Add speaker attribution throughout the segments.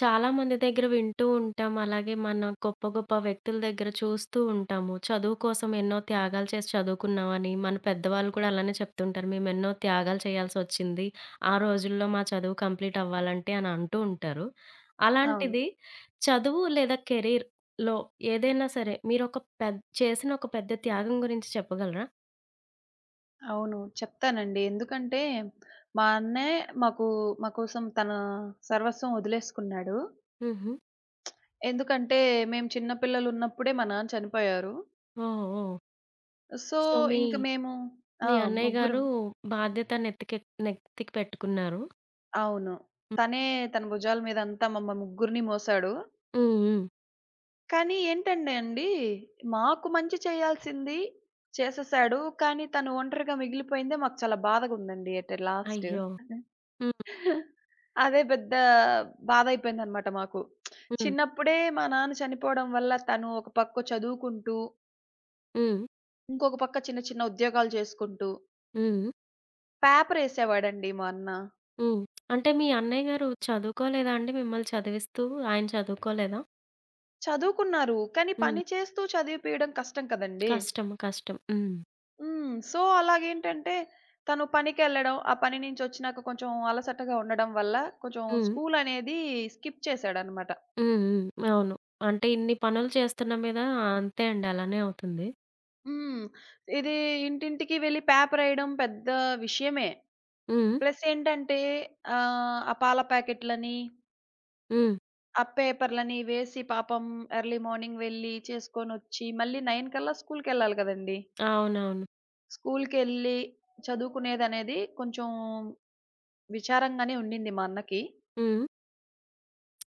Speaker 1: చాలా మంది దగ్గర వింటూ ఉంటాం. అలాగే మన గొప్ప గొప్ప వ్యక్తుల దగ్గర చూస్తూ ఉంటాము. చదువు కోసం ఎన్నో త్యాగాలు చేసి చదువుకున్నామని. మన పెద్దవాళ్ళు కూడా అలానే చెప్తుంటారు. మేమెన్నో త్యాగాలు చేయాల్సొచ్చింది. ఆ రోజుల్లో మా చదువు కంప్లీట్ అవ్వాలంటే అని అంటూ ఉంటారు.
Speaker 2: అవును.
Speaker 1: అలాంటిది చదువు లేదా కెరీర్‌లో ఏదైనా సరే మీరొక చేసిన ఒక పెద్ద త్యాగం గురించి చెప్పగలరా?
Speaker 2: అవును. చెప్తానండి. ఎందుకంటే, మా అన్నయ్య మాకు మా కోసం తన సర్వస్వం వదిలేసుకున్నాడు.
Speaker 1: హుహు.
Speaker 2: ఎందుకంటే, మేము చిన్న పిల్లలున్నప్పుడే మా నాన్న చనిపోయారు.
Speaker 1: ఓహ్! ఓహ్!
Speaker 2: సో,
Speaker 1: సో, మీ
Speaker 2: ఇంక మేము ఆ!
Speaker 1: మీ అన్నయ్య గారు
Speaker 2: ముగ్గురం.
Speaker 1: బాధ్యత నెత్తికి పెట్టుకున్నారు.
Speaker 2: అవును.
Speaker 1: హ్మ్.
Speaker 2: తనే తన భుజాల మీద అంతా ముగ్గురిని మోసాడు.
Speaker 1: హ్మ్.
Speaker 2: కానీ ఏంటంటే అండి, మాకు మంచి చేయాల్సింది చేసేసాడు. కానీ తను ఒంటరిగా మిగిలిపోయిందే మాకు చాలా బాధగుందండి ఎట్ ఎ లాస్ట్.
Speaker 1: అయ్యో! హ్మ్.
Speaker 2: అదే పెద్ద బాధయిపోయిందనమాట మాకు.
Speaker 1: హ్మ్.
Speaker 2: చిన్నప్పుడే మా నాన్న చనిపోవడం వల్ల తను ఒక పక్క చదువుకుంటూ,
Speaker 1: హ్మ్.
Speaker 2: ఇంకొక పక్క చిన్న చిన్న ఉద్యోగాలు చేసుకుంటూ,
Speaker 1: హ్మ్.
Speaker 2: పేపరేసేవాడండి మా అన్న.
Speaker 1: హ్మ్. అంటే మీ అన్నయ్య గారు చదువుకోలేదా అండి మిమ్మల్ని చదివిస్తూ? ఆయన చదువుకోలేదా?
Speaker 2: చదువుకున్నారు. కానీ
Speaker 1: హ్మ్.
Speaker 2: పని చేస్తూ చదివిపియడం కష్టం కదండీ!
Speaker 1: కష్టం. కష్టం. హ్మ్.
Speaker 2: హ్మ్. సో, అలాగేంటంటే తను పనికెళ్ళడం, ఆ పని నుంచొచ్చినాక కొంచెం అలసటగా ఉండడం వల్ల కొంచెం
Speaker 1: హ్మ్.
Speaker 2: స్కూలనేది స్కిప్ చేశాడనమాట.
Speaker 1: హ్మ్. హ్మ్. అవును. అంటే ఇన్ని పనులు చేస్తున్న మీద అంతే అండి. అలానే అవుతుంది.
Speaker 2: హ్మ్. ఇది ఇంటింటికి వెళ్లి పేపరేయడం పెద్ద విషయమే.
Speaker 1: హ్మ్.
Speaker 2: ప్లస్ ఏంటంటే ఆ పాల ప్యాకెట్‌లని,
Speaker 1: హ్మ్.
Speaker 2: ఆ పేపర్‌లని వేసి పాపం ఎర్లీ మార్నింగ్ వెళ్లి చేసుకొనొచ్చి మళ్ళీ 9 కల్లా స్కూలుకెళ్ళాలి కదండీ!
Speaker 1: అవునవును.
Speaker 2: స్కూలుకెళ్ళి చదువుకునేదనేది కొంచెం విచారంగానే ఉండింది మా అన్నకి.
Speaker 1: హ్మ్.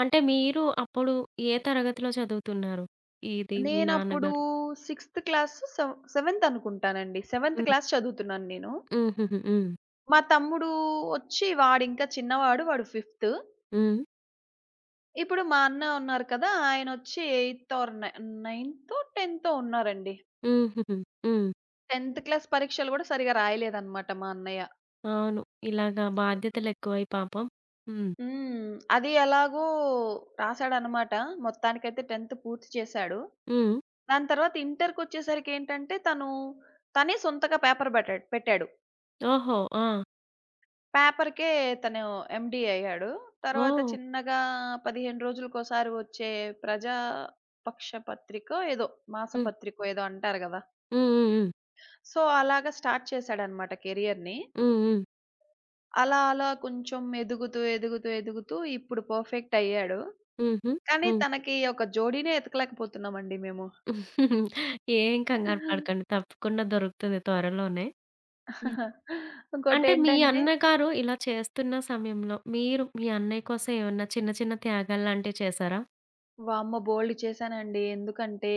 Speaker 1: అంటే మీరు అప్పుడు ఏ తరగతిలో చదువుతున్నారు? ఇది మీ
Speaker 2: నేనప్పుడు
Speaker 1: నాన్నగారు?
Speaker 2: సిక్స్త్ క్లాస్, సెవెంత్ అనుకుంటానండి. సెవెంత్
Speaker 1: హ్మ్.
Speaker 2: క్లాస్ చదువుతున్నాను నేను.
Speaker 1: హుహుహు. హ్మ్.
Speaker 2: మా తమ్ముడు ఒచ్చి వాడింకా చిన్నవాడు. వాడు ఫిఫ్త్.
Speaker 1: హ్మ్.
Speaker 2: ఇప్పుడు మా అన్న ఉన్నారు కదా! ఆయనొచ్చి ఎయిత్ ఆర్ నైన్తో, టెన్తో ఉన్నారండి.
Speaker 1: హుహుహు. హ్మ్.
Speaker 2: 10థ్ క్లాస్ పరీక్షలు గూడా సరిగ్గా రాయలేదనమాట మా అన్నయ్య.
Speaker 1: అవును. ఇలాగా బాధ్యతలెక్కువై పాపం. హ్మ్.
Speaker 2: హ్మ్. అది ఎలాగో రాసాడనమాట. మొత్తానికైతే 10థ్ పూర్తి చేశాడు.
Speaker 1: హ్మ్.
Speaker 2: దాని తర్వాత ఇంటర్‌కొచ్చేసరికేంటంటే, తనే సొంతగా పేపర్ బెటాడ్ పెట్టాడు.
Speaker 1: ఓహో! ఆ!
Speaker 2: పేపర్‌కే తను ఎండీ అయ్యాడు. తర్వాత
Speaker 1: ఓహ్!
Speaker 2: చిన్నగా 15 రోజులకోసారి వచ్చే ప్రజా పక్ష పత్రికో ఏదో, మాస
Speaker 1: హ్మ్.
Speaker 2: పత్రికో ఏదో అంటారు గదా!
Speaker 1: హ్మ్. హ్మ్.
Speaker 2: సో, అలాగా స్టార్ట్ చేశాడనమాట కెరియర్‌ని.
Speaker 1: హ్మ్. హ్మ్. హ్మ్.
Speaker 2: అలా అలా కొంచెం ఎదుగుతూ, ఎదుగుతూ, ఎదుగుతూ ఇప్పుడు పర్ఫెక్ట్ అయ్యాడు.
Speaker 1: హుహు.
Speaker 2: కానీ
Speaker 1: హ్మ్.
Speaker 2: తనకి ఒక జోడీనే ఎతకలేకపోతున్నామండి మేము.
Speaker 1: ఏం కంగారు పడకండి. తప్పకుండా దొరుకుతుంది త్వరలోనే. హ్మ్. అంటే మీ
Speaker 2: ఇంకోటేంటంటే
Speaker 1: అన్నగారు ఇలా చేస్తున్న సమయంలో మీరు మీ అన్నయ్య కోసం ఏమన్నా చిన్న చిన్న త్యాగాలు లాంటివి చేశారా?
Speaker 2: వామ్మో! బోలెడు చేశానండి. ఎందుకంటే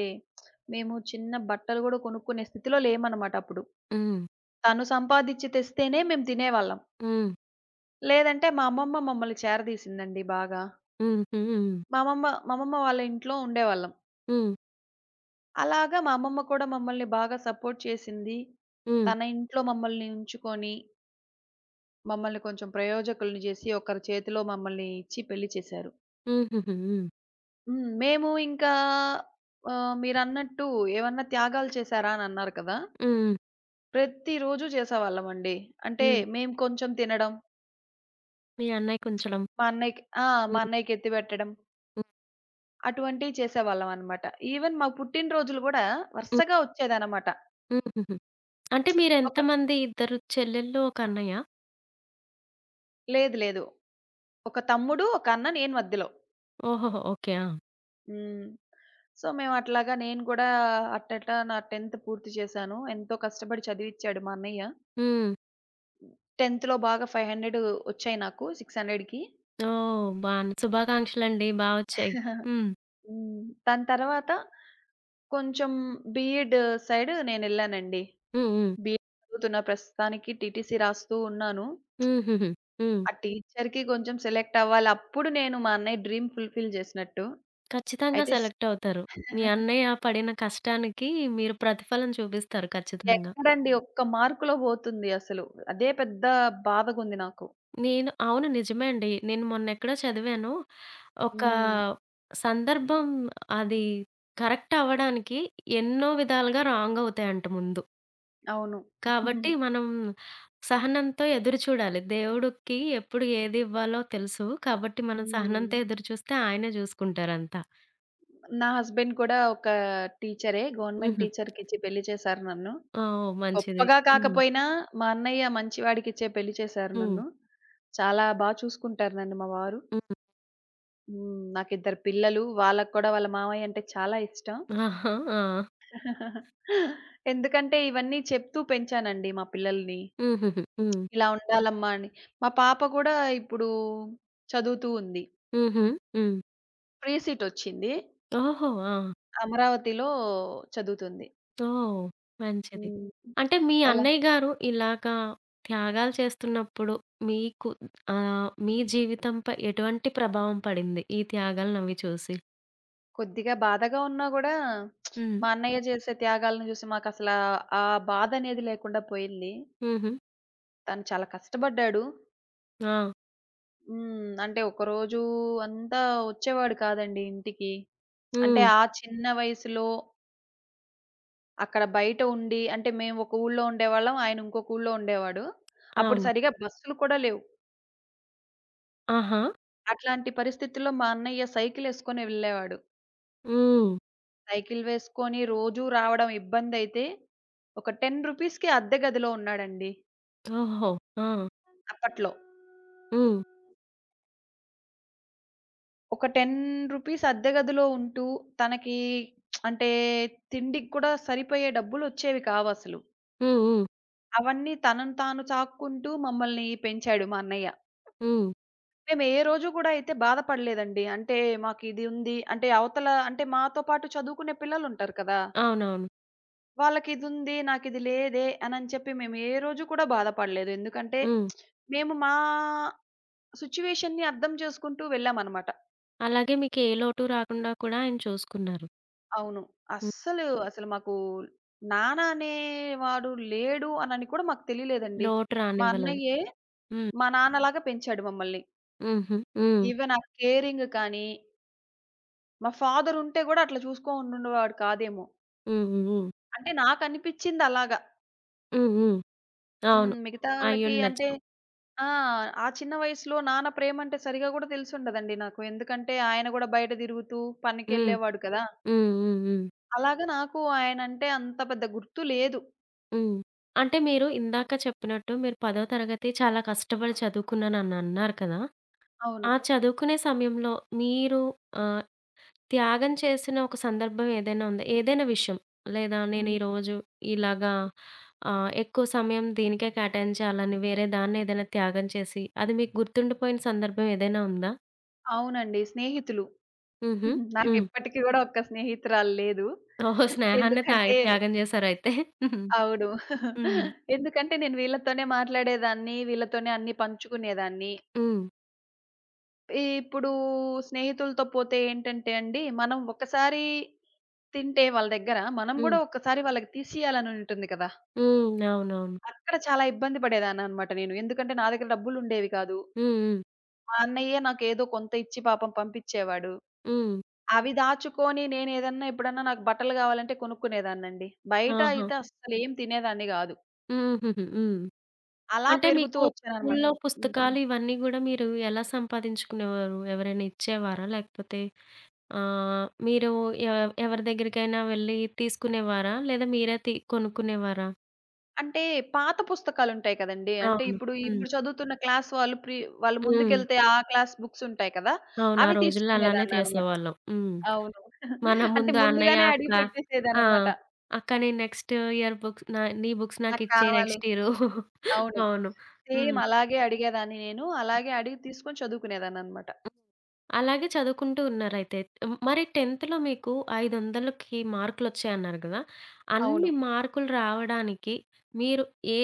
Speaker 2: మేము చిన్న బట్టలు గూడా కొనుక్కునే స్థితిలో లేమనమాట అప్పుడు.
Speaker 1: హ్మ్.
Speaker 2: తను సంపాదిచ్చి తెస్తేనే మేము తినేవాళ్ళం.
Speaker 1: హ్మ్.
Speaker 2: లేదంటే మా అమ్మమ్మ మమ్మల్ని చేరదీసిందండి బాగా.
Speaker 1: హ్మ్. హ్మ్.
Speaker 2: మా అమ్మమ్మ వాళ్ళ ఇంట్లో ఉండేవాళ్ళం.
Speaker 1: హ్మ్.
Speaker 2: అలాగా మా అమ్మమ్మ కూడా మమ్మల్ని బాగా సపోర్ట్ చేసింది.
Speaker 1: హ్మ్.
Speaker 2: తన ఇంట్లో మమ్మల్ని ఉంచుకొని, మమ్మల్ని కొంచెం ప్రయోజకులను చేసి ఒకరి చేతిలో మమ్మల్ని ఇచ్చి పెళ్లి చేశారు.
Speaker 1: హుహుహు. హ్మ్.
Speaker 2: హ్మ్. మేము ఇంకా మీరన్నట్టు ఏమన్నా త్యాగాలు చేశారా అని అన్నారు కదా!
Speaker 1: హ్మ్.
Speaker 2: ప్రతిరోజు చేసేవాళ్ళమండి. అంటే
Speaker 1: హ్మ్.
Speaker 2: మేము కొంచెం తినడం,
Speaker 1: మీ అన్నయ్యకి ఉంచడం.
Speaker 2: మా అన్నయ్యకి ఆ!
Speaker 1: హ్మ్.
Speaker 2: మా అన్నయ్యకి ఎత్తిపెట్టడం.
Speaker 1: హ్మ్.
Speaker 2: అటువంటివి చేసేవాళ్ళమనమాట. ఈవెన్ మా పుట్టినరోజులు గూడా
Speaker 1: హ్మ్.
Speaker 2: వరుసగా ఒచ్చేదనమాట.
Speaker 1: హుహుహు. అంటే
Speaker 2: ఒక
Speaker 1: మీరెంతమంది? ఇద్దరు చెల్లెళ్ళు, ఒక అన్నయ్య?
Speaker 2: లేదు. లేదు. ఒక తమ్ముడు, ఒక అన్న, నేను మధ్యలో.
Speaker 1: ఓహోహో! ఓకే. ఆ!
Speaker 2: హ్మ్. సో, మేమట్లాగా నేను కూడా అట్టట్టా నా 10థ్ పూర్తి చేశాను. ఎంతో కష్టపడి చదివిచ్చాడు మా అన్నయ్య.
Speaker 1: హ్మ్.
Speaker 2: 10థ్‌లో బాగా 500 ఒచ్చాయి నాకు. 600కి.
Speaker 1: ఓహ్! బానే శుభాకాంక్షలండి. బా వచ్చాయి. హ్మ్.
Speaker 2: హ్మ్. దాని తర్వాత కొంచెం బీఎడ్ సైడ్ నేనెళ్ళానండి.
Speaker 1: హ్మ్. హ్మ్.
Speaker 2: బీఎడ్ చదువుతున్నా ప్రస్తుతానికి టీటీసీ రాస్తూ ఉన్నాను.
Speaker 1: హుహుహు. హ్మ్.
Speaker 2: ఆ టీచర్‌కి కొంచెం సెలెక్ట్ అవ్వాలి. అప్పుడు నేను మా అన్నయ్య డ్రీమ్ ఫుల్‌ఫిల్ చేసినట్టు.
Speaker 1: ఖచ్చితంగా
Speaker 2: అయితే స్
Speaker 1: సెలెక్ట్ అవుతారు. మీ అన్నయ్య పడిన కష్టానికి మీరు ప్రతిఫలం చూపిస్తారు ఖచ్చితంగా.
Speaker 2: ఎక్కడండి ఒక్క మార్కులో పోతుంది అసలు. అదే పెద్ద బాధగుంది నాకు.
Speaker 1: అవును. నిజమే అండి. నేను మొన్నెక్కడో చదివాను. ఒక
Speaker 2: హ్మ్.
Speaker 1: సందర్భం అది కరెక్ట్ అవ్వడానికి ఎన్నో విధాలుగా రాంగ్ అవుతాయంట ముందు.
Speaker 2: అవును.
Speaker 1: కాబట్టి మనం సహనంతో ఎదురు చూడాలి. దేవుడికి ఎప్పుడు ఏది ఇవ్వాలో తెలుసు. కాబట్టి మనం
Speaker 2: హ్మ్.
Speaker 1: సహనంతో ఎదురు చూస్తే ఆయనే చూసుకుంటారంతా.
Speaker 2: నా హస్బెండ్ కూడా ఒక టీచరే. గవర్నమెంట్
Speaker 1: హుహు.
Speaker 2: టీచర్‌కిచ్చి పెళ్లి చేశారు నన్ను.
Speaker 1: ఓహ్! మంచిది.
Speaker 2: గొప్పగా
Speaker 1: హ్మ్.
Speaker 2: కాకపోయినా మా అన్నయ్య మంచివాడికిచ్చే పెళ్లి చేశారు
Speaker 1: హ్మ్.
Speaker 2: నన్ను. చాలా బా చూసుకుంటారు నన్ను మా వారు.
Speaker 1: హ్మ్.
Speaker 2: హ్మ్. నాకిద్దరు పిల్లలు. వాళ్ళకి కూడా వాళ్ళ మామయ్య అంటే చాలా ఇష్టం.
Speaker 1: ఆహా! ఆ!
Speaker 2: ఎందుకంటే ఇవన్నీ చెప్తూ పెంచానండి మా పిల్లల్ని.
Speaker 1: హుహుహు. హ్మ్.
Speaker 2: ఇలా ఉండాలమ్మా అని. మా పాప కూడా ఇప్పుడు చదువుతూ ఉంది.
Speaker 1: హుహు. హ్మ్.
Speaker 2: ఫ్రీ సీట్ వచ్చింది.
Speaker 1: ఓహో! ఆ!
Speaker 2: అమరావతిలో చదువుతుంది.
Speaker 1: ఓహ్! మంచిది.
Speaker 2: హ్మ్.
Speaker 1: అంటే మీ
Speaker 2: వాళ్ళ
Speaker 1: అన్నయ్య గారు ఇలాగా త్యాగాలు చేస్తున్నప్పుడు మీకు మీ జీవితంపై ఎటువంటి ప్రభావం పడింది? ఈ త్యాగాలనవి చూసి?
Speaker 2: కొద్దిగా బాధగా ఉన్నా గూడా
Speaker 1: హ్మ్.
Speaker 2: మా అన్నయ్య చేసే త్యాగాలను చూసి మాకసలా ఆ ఆ బాధ అనేది లేకుండా పోయింది.
Speaker 1: హుహు.
Speaker 2: తను చాలా కష్టపడ్డాడు.
Speaker 1: ఆ!
Speaker 2: హ్మ్. అంటే ఒకరోజు అంతా వచ్చేవాడు కాదండి ఇంటికి. అంటే
Speaker 1: హ్మ్.
Speaker 2: ఆ చిన్న వయసులో అక్కడ బయట ఉండి అంటే మేము ఒక ఊర్లో ఉండేవాళ్ళం. ఆయన ఇంకొక ఊర్లో ఉండేవాడు. అప్పుడు
Speaker 1: అవును.
Speaker 2: సరిగ్గా బస్సులు కూడా లేవు.
Speaker 1: ఆహా!
Speaker 2: అట్లాంటి పరిస్థితుల్లో మా అన్నయ్య సైకిలేసుకొని వెళ్ళేవాడు.
Speaker 1: హ్మ్.
Speaker 2: సైకిల్ వేసుకొని రోజూ రావడం ఇబ్బందైతే ఒక రూ. 10కి అద్దె గదిలో ఉన్నాడండి
Speaker 1: ఓహో! ఆ!
Speaker 2: అప్పట్లో.
Speaker 1: హ్మ్.
Speaker 2: ఒక రూ. 10 అద్దె గదిలో ఉంటూ తనకి అంటే తిండికి కూడా సరిపోయే డబ్బులొచ్చేవి కావసలు.
Speaker 1: హ్మ్. హ్మ్.
Speaker 2: అవన్నీ తనను తాను చాక్కుంటూ మమ్మల్ని పెంచాడు మా అన్నయ్య.
Speaker 1: హ్మ్.
Speaker 2: మేము ఏ రోజు గూడా అయితే బాధపడలేదండి. అంటే మాకిది ఉంది. అంటే అవతల అంటే మాతో పాటు చదువుకునే పిల్లలుంటారు కదా!
Speaker 1: అవునవును.
Speaker 2: వాళ్ళకిదుంది, నాకిది లేదే అనని చెప్పి మేము ఏ రోజు కూడా బాధపడలేదు. ఎందుకంటే
Speaker 1: హ్మ్.
Speaker 2: మేము మా సిట్యుయేషన్‌ని అర్థం చేసుకుంటూ వెళ్ళామనమాట.
Speaker 1: అలాగే మీకు ఏ లోటు రాకుండా కూడా ఆయన చూసుకున్నారు.
Speaker 2: అవును.
Speaker 1: హ్మ్.
Speaker 2: అసలు మాకు నాన్న అనేవాడు లేడు అనని కూడా మాకు తెలియలేదండి.
Speaker 1: లోటు
Speaker 2: మా
Speaker 1: రానివ్వలేదు.
Speaker 2: అన్నయ్యే
Speaker 1: హ్మ్.
Speaker 2: మా నాన్నలాగా పెంచాడు మమ్మల్ని.
Speaker 1: హుహు. హ్మ్.
Speaker 2: ఈవెన్ ఆ కేరింగ్ కానీ, మా ఫాదరుంటే గూడా అట్లా చూసుకోనుండేవాడు కాదేమో!
Speaker 1: హ్మ్. హ్మ్. హ్మ్.
Speaker 2: అంటే నాకనిపిచ్చిందలాగా.
Speaker 1: హ్మ్. హ్మ్. అవును.
Speaker 2: హ్మ్. మిగతా వాళ్ళకి అంటే
Speaker 1: అయ్యుండొచ్చు.
Speaker 2: ఆ! ఆ చిన్న వయసులో నాన్న ప్రేమంటే సరిగా గూడా తెలిసుండదండి నాకు. ఎందుకంటే ఆయన గూడా బయట తిరుగుతూ
Speaker 1: హ్మ్.
Speaker 2: పనికెళ్ళేవాడు కదా!
Speaker 1: హ్మ్. హ్మ్. హ్మ్.
Speaker 2: అలాగా నాకు ఆయనంటే అంత పెద్ద గుర్తు లేదు.
Speaker 1: హ్మ్. అంటే మీరు ఇందాక చెప్పినట్టు మీరు 10వ తరగతి చాలా కష్టపడి చదువుకున్నానని అన్నారు కదా!
Speaker 2: అవును.
Speaker 1: ఆ చదువుకునే సమయంలో మీరు ఆహ్ త్యాగం చేసిన ఒక సందర్భం ఏదైనా ఉందా? ఏదైనా విషయం లేదా నేను
Speaker 2: హ్మ్.
Speaker 1: ఈరోజు ఇలాగా ఎక్కువ సమయం దీనికే కేటాయించాలని వేరే దాన్ని ఏదైనా త్యాగం చేసి, అది మీకు గుర్తుండిపోయిన సందర్భం ఏదైనా ఉందా?
Speaker 2: అవునండి. స్నేహితులు.
Speaker 1: హుహు. హ్మ్.
Speaker 2: నాకిప్పటికి గూడా ఒక్క స్నేహితురాలు లేదు.
Speaker 1: ఓహో! స్నేహాన్నే
Speaker 2: ఎందుకంటే
Speaker 1: త్యాగం చేశారయితే.
Speaker 2: అవును.
Speaker 1: హ్మ్.
Speaker 2: ఎందుకంటే నేను వీళ్ళతోనే మాట్లాడేదాన్ని. వీళ్ళతోనే అన్నీ పంచుకునేదాన్ని.
Speaker 1: హ్మ్.
Speaker 2: ఇప్పుడు స్నేహితులతో పోతే ఏంటంటే అండి, మనం ఒక్కసారి తింటే వాళ్ళ దగ్గర, మనం
Speaker 1: హ్మ్.
Speaker 2: గూడా ఒక్కసారి వాళ్ళకి తీసియాలని ఉంటుంది కదా!
Speaker 1: హ్మ్. అవునవును.
Speaker 2: అక్కడ చాలా ఇబ్బంది పడేదాన్ననమాట నేను. ఎందుకంటే నా దగ్గర డబ్బులుండేవి కాదు.
Speaker 1: హ్మ్. హ్మ్.
Speaker 2: మా అన్నయ్యే నాకేదో కొంత ఇచ్చి పాపం పంపిచ్చేవాడు.
Speaker 1: హ్మ్.
Speaker 2: అవి దాచుకొని నేనేదన్నా ఎప్పుడన్నా నాకు బట్టలు గావాలంటే కొనుక్కునేదాన్నండి. బయట
Speaker 1: ఆహా!
Speaker 2: అయితే అస్సలేం తినేదాన్ని గాదు.
Speaker 1: హుహుహు. హ్మ్.
Speaker 2: అలా
Speaker 1: అంటే
Speaker 2: పెరుగుతూ
Speaker 1: మీకు
Speaker 2: వచ్చాననమాట.
Speaker 1: స్కూల్లో
Speaker 2: హ్మ్.
Speaker 1: పుస్తకాలు ఇవన్నీ గూడా మీరు ఎలా సంపాదించుకునేవారు? ఎవరైనా ఇచ్చేవారా? లేకపోతే ఆహ్, మీరు ఎవరి దగ్గరికైనా వెళ్లి తీసుకునేవారా? లేదా మీరే కొనుక్కునేవారా?
Speaker 2: అంటే పాత పుస్తకాలుంటాయి కదండీ. అంటే
Speaker 1: అవును. హ్మ్.
Speaker 2: ఇప్పుడు చదువుతున్న క్లాస్ వాళ్ళు ప్రి వాళ్ళు
Speaker 1: హ్మ్.
Speaker 2: ముందుకెళ్తే ఆ క్లాస్ బుక్స్ ఉంటాయి కదా!
Speaker 1: అవును. ఆ
Speaker 2: అవి
Speaker 1: రోజుల్లో అలానే
Speaker 2: తీసుకునేదాన్ననమాట.
Speaker 1: చేసేవాళ్ళం. హ్మ్.
Speaker 2: అవును.
Speaker 1: మన
Speaker 2: అంటే
Speaker 1: ముందు అన్నయ్య,
Speaker 2: ముందుగానే
Speaker 1: అక్క
Speaker 2: అడిగి
Speaker 1: ఆ!
Speaker 2: పెట్టేసేదాన్ననమాట.
Speaker 1: అక్క నేను నెక్స్ట్ ఇయర్ బుక్స్ నీ బుక్స్
Speaker 2: నాకు
Speaker 1: నాకిచ్చేయి
Speaker 2: కావాలి.
Speaker 1: Next year.
Speaker 2: అవును.
Speaker 1: అవును. హ్మ్.
Speaker 2: సేమ్ అలాగే అడిగేదాన్ని నేను. అలాగే అడిగి తీసుకొని చదువుకునేదాన్ననమాట.
Speaker 1: అలాగే చదువుకుంటూ ఉన్నారయితే. హ్మ్. మరి 10థ్‌లో మీకు 500కి మార్కులొచ్చాయన్నారు గదా!
Speaker 2: అవును.
Speaker 1: అన్ని మార్కులు రావడానికి మీరు ఏ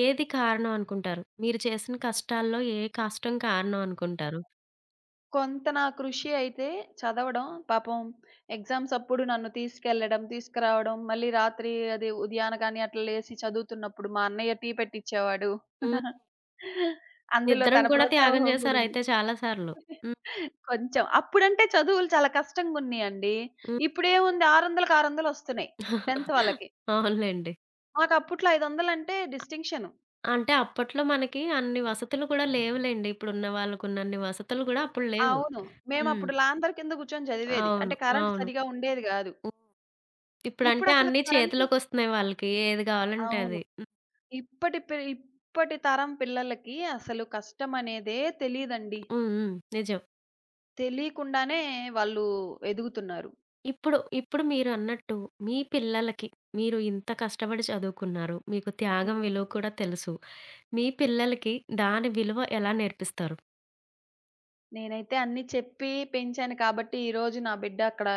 Speaker 1: ఏది కారణం అనుకుంటారు? మీరు చేసిన కష్టాల్లో ఏ కష్టం కారణం అనుకుంటారు?
Speaker 2: కొంత నా కృషి అయితే చదవడం. పాపం ఎగ్జామ్స్ అప్పుడు నన్ను తీసుకెళ్ళడం, తీసుకురావడం, మళ్ళీ రాత్రి అది ఉదయాన గాని అట్లా లేసి చదువుతున్నప్పుడు మా అన్నయ్య టీ పెట్టిచ్చేవాడు.
Speaker 1: హ్మ్.
Speaker 2: అందులో
Speaker 1: నిద్రను
Speaker 2: తన
Speaker 1: కూడా త్యాగం
Speaker 2: ప్రోత్సాహం గూడా ఉంది.
Speaker 1: చేశారయితే చాలా సార్లు. హ్మ్.
Speaker 2: కొంచెం. అప్పుడంటే చదువులు చాలా కష్టంగున్నీయండి.
Speaker 1: హ్మ్.
Speaker 2: ఇప్పుడేముంది 600కి 600 వస్తున్నాయి
Speaker 1: అవునులెండి.
Speaker 2: 10థ్ వాళ్ళకి. మాకప్పట్లో 500 అంటే డిస్టింక్షను.
Speaker 1: అంటే అప్పట్లో మనకి అన్ని వసతులు కూడా లేవులెండి. ఇప్పుడున్న వాళ్ళకున్నన్ని వసతులు గూడా అప్పుడు లేవు.
Speaker 2: అవును.
Speaker 1: హ్మ్.
Speaker 2: మేమప్పుడు లాంతరు కింద కూర్చొని చదివేది.
Speaker 1: అవును.
Speaker 2: అంటే కరెంట్
Speaker 1: అవును.
Speaker 2: సరిగ్గా ఉండేది గాదు.
Speaker 1: ఇప్పుడంటే
Speaker 2: ఇప్పుడసలు
Speaker 1: అన్నీ
Speaker 2: కరెంటు
Speaker 1: చేతిలోకొస్తున్నాయి వాళ్ళకి. ఏది కావాలంటే
Speaker 2: అవును.
Speaker 1: అది. హ్మ్.
Speaker 2: ఇప్పటి తరం పిల్లలకి అసలు కష్టమనేదే తెలీదండి.
Speaker 1: హ్మ్. హ్మ్. నిజం.
Speaker 2: తెలీకుండానే వాళ్ళు ఎదుగుతున్నారు.
Speaker 1: ఇప్పుడు మీరన్నట్టు మీ పిల్లలకి మీరు ఇంత కష్టపడి చదువుకున్నారు. మీకు త్యాగం
Speaker 2: హ్మ్.
Speaker 1: విలువ కూడా తెలుసు. మీ పిల్లలకి దాని విలువ ఎలా నేర్పిస్తారు?
Speaker 2: నేనైతే అన్నీ చెప్పి పెంచాను కాబట్టి, ఈరోజు నా బిడ్డ అక్కడ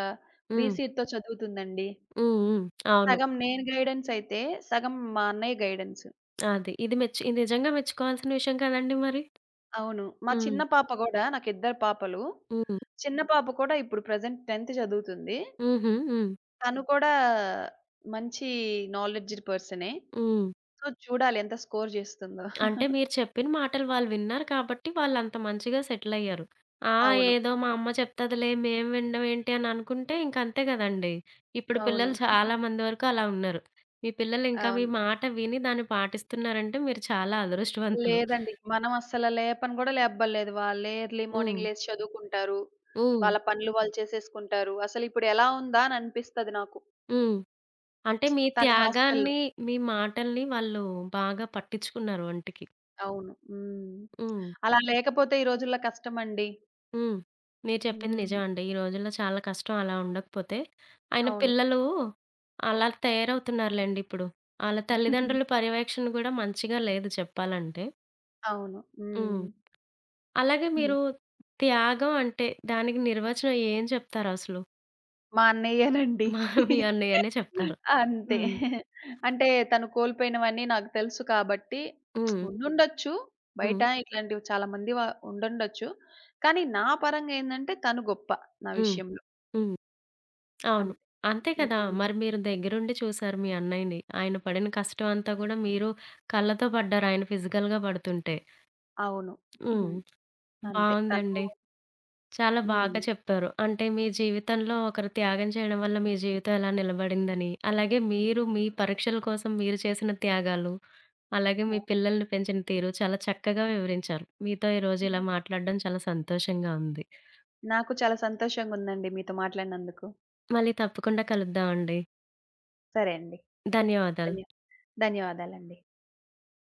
Speaker 2: ప్రీ
Speaker 1: హ్మ్.
Speaker 2: సీడ్‌తో చదువుతుందండి.
Speaker 1: హ్మ్. హ్మ్. అవును.
Speaker 2: సగం నేను గైడెన్స్ అయితే, సగం మా అన్నయ్య గైడెన్స్.
Speaker 1: అది. ఇది ఇది నిజంగా మెచ్చుకోవాల్సిన విషయం కదండీ మరి!
Speaker 2: అవును. మా
Speaker 1: హ్మ్.
Speaker 2: చిన్న పాప గూడా నాకిద్దరు పాపలు.
Speaker 1: హ్మ్.
Speaker 2: చిన్న పాప కూడా ఇప్పుడు ప్రెజెంట్ 10థ్ చదువుతుంది.
Speaker 1: హుహు. హ్మ్.
Speaker 2: తను కూడా మంచి నాలెడ్జ్‌డ్ పర్సనే.
Speaker 1: హ్మ్.
Speaker 2: సో, చూడాలి ఎంత స్కోర్ జేస్తుందో.
Speaker 1: అంటే మీరు చెప్పిన మాటలు వాళ్ళు విన్నారు కాబట్టి వాళ్ళంత మంచిగా సెటిలయ్యారు. ఆ!
Speaker 2: అవును.
Speaker 1: ఏదో మా అమ్మ చెప్తదిలే మేము వినడం ఏంటి అని అనుకుంటే ఇంక అంతే గదండీ. ఇప్పుడు
Speaker 2: అవును.
Speaker 1: పిల్లలు చాలా మంది వరకు అలా ఉన్నారు. మీ పిల్లలు ఇంకా మీ
Speaker 2: అవును.
Speaker 1: మాట విని దాన్ని పాటిస్తున్నారంటే మీరు చాలా అదృష్టవంతులు.
Speaker 2: లేదండి. మనం అస్సల లేపని గూడా లేపబడలేదు. వాళ్ళే ఎర్లీ
Speaker 1: హ్మ్.
Speaker 2: మార్నింగ్ లేసి చదువుకుంటారు.
Speaker 1: హ్మ్.
Speaker 2: వాళ్ళ పనులు వాళ్ళు చేసేసుకుంటారు. అసలిప్పుడు ఎలా ఉందా అని అనిపిస్తది నాకు.
Speaker 1: హ్మ్. అంటే మీ
Speaker 2: తను హాస్టల్‌లో.
Speaker 1: త్యాగాన్ని, మీ మాటల్ని వాళ్ళు బాగా పట్టించుకున్నారు ఒంటికి.
Speaker 2: అవును. హ్మ్.
Speaker 1: హ్మ్.
Speaker 2: అలా లేకపోతే ఈ రోజుల్లో కష్టమండి.
Speaker 1: హ్మ్. మీరు చెప్పింది
Speaker 2: హ్మ్.
Speaker 1: నిజమండి. ఈ రోజుల్లో చాలా కష్టం అలా ఉండకపోతే. అయినా
Speaker 2: అవును.
Speaker 1: పిల్లలు అలా తయారవుతున్నారులెండి ఇప్పుడు. ఆళ్ళ తల్లిదండ్రుల పర్యవేక్షణ గూడా మంచిగా లేదు చెప్పాలంటే.
Speaker 2: అవును.
Speaker 1: హ్మ్.
Speaker 2: హ్మ్.
Speaker 1: అలాగే మీరు త్యాగం అంటే దానికి నిర్వచనం ఏం చెప్తారసలు?
Speaker 2: మా అన్నయ్యేనండి.
Speaker 1: మా మీ అన్నయ్యనే చెప్తారు.
Speaker 2: అంతే.
Speaker 1: హ్మ్.
Speaker 2: అంటే తను కోల్పోయినవన్నీ నాకు తెలుసు కాబట్టి
Speaker 1: హ్మ్.
Speaker 2: ఉండుండొచ్చు. బయట
Speaker 1: హ్మ్.
Speaker 2: ఇట్లాంటివి చాలా మంది వ ఉండుండొచ్చు. కానీ నా పరంగా ఏందంటే తను గొప్ప నా
Speaker 1: హ్మ్.
Speaker 2: విషయంలో.
Speaker 1: హ్మ్. అవును.
Speaker 2: అంతే.
Speaker 1: అంతే కదా!
Speaker 2: హ్మ్.
Speaker 1: మరి మీరు దగ్గరుండి చూసారు మీ అన్నయ్యని. ఆయన పడిన కష్టం అంతా గూడా మీరు కళ్ళతో పడ్డారు ఆయన ఫిజికల్‌గా పడుతుంటే.
Speaker 2: అవును.
Speaker 1: హ్మ్.
Speaker 2: హ్మ్. అంతే.
Speaker 1: బావుందండి. చాలా బాగా
Speaker 2: హ్మ్.
Speaker 1: చెప్పారు. అంటే మీ జీవితంలో ఒకరు త్యాగం చేయడం వల్ల మీ జీవితం ఎలా నిలబడిందని, అలాగే మీరు మీ పరీక్షల కోసం మీరు చేసిన త్యాగాలు, అలాగే మీ
Speaker 2: అవును.
Speaker 1: పిల్లల్ని పెంచిన తీరు చాలా చక్కగా వివరించారు. మీతో ఈరోజు
Speaker 2: ఉహుం.
Speaker 1: ఇలా మాట్లాడడం చాలా సంతోషంగా ఉంది.
Speaker 2: నాకు చాలా సంతోషంగుందండి మీతో మాట్లాడినందుకు.
Speaker 1: మళ్ళీ తప్పకుండా కలుద్దామండి.
Speaker 2: సరే అండి.
Speaker 1: ధన్యవాదాలు.
Speaker 2: ధన్య ధన్యవాదాలండి.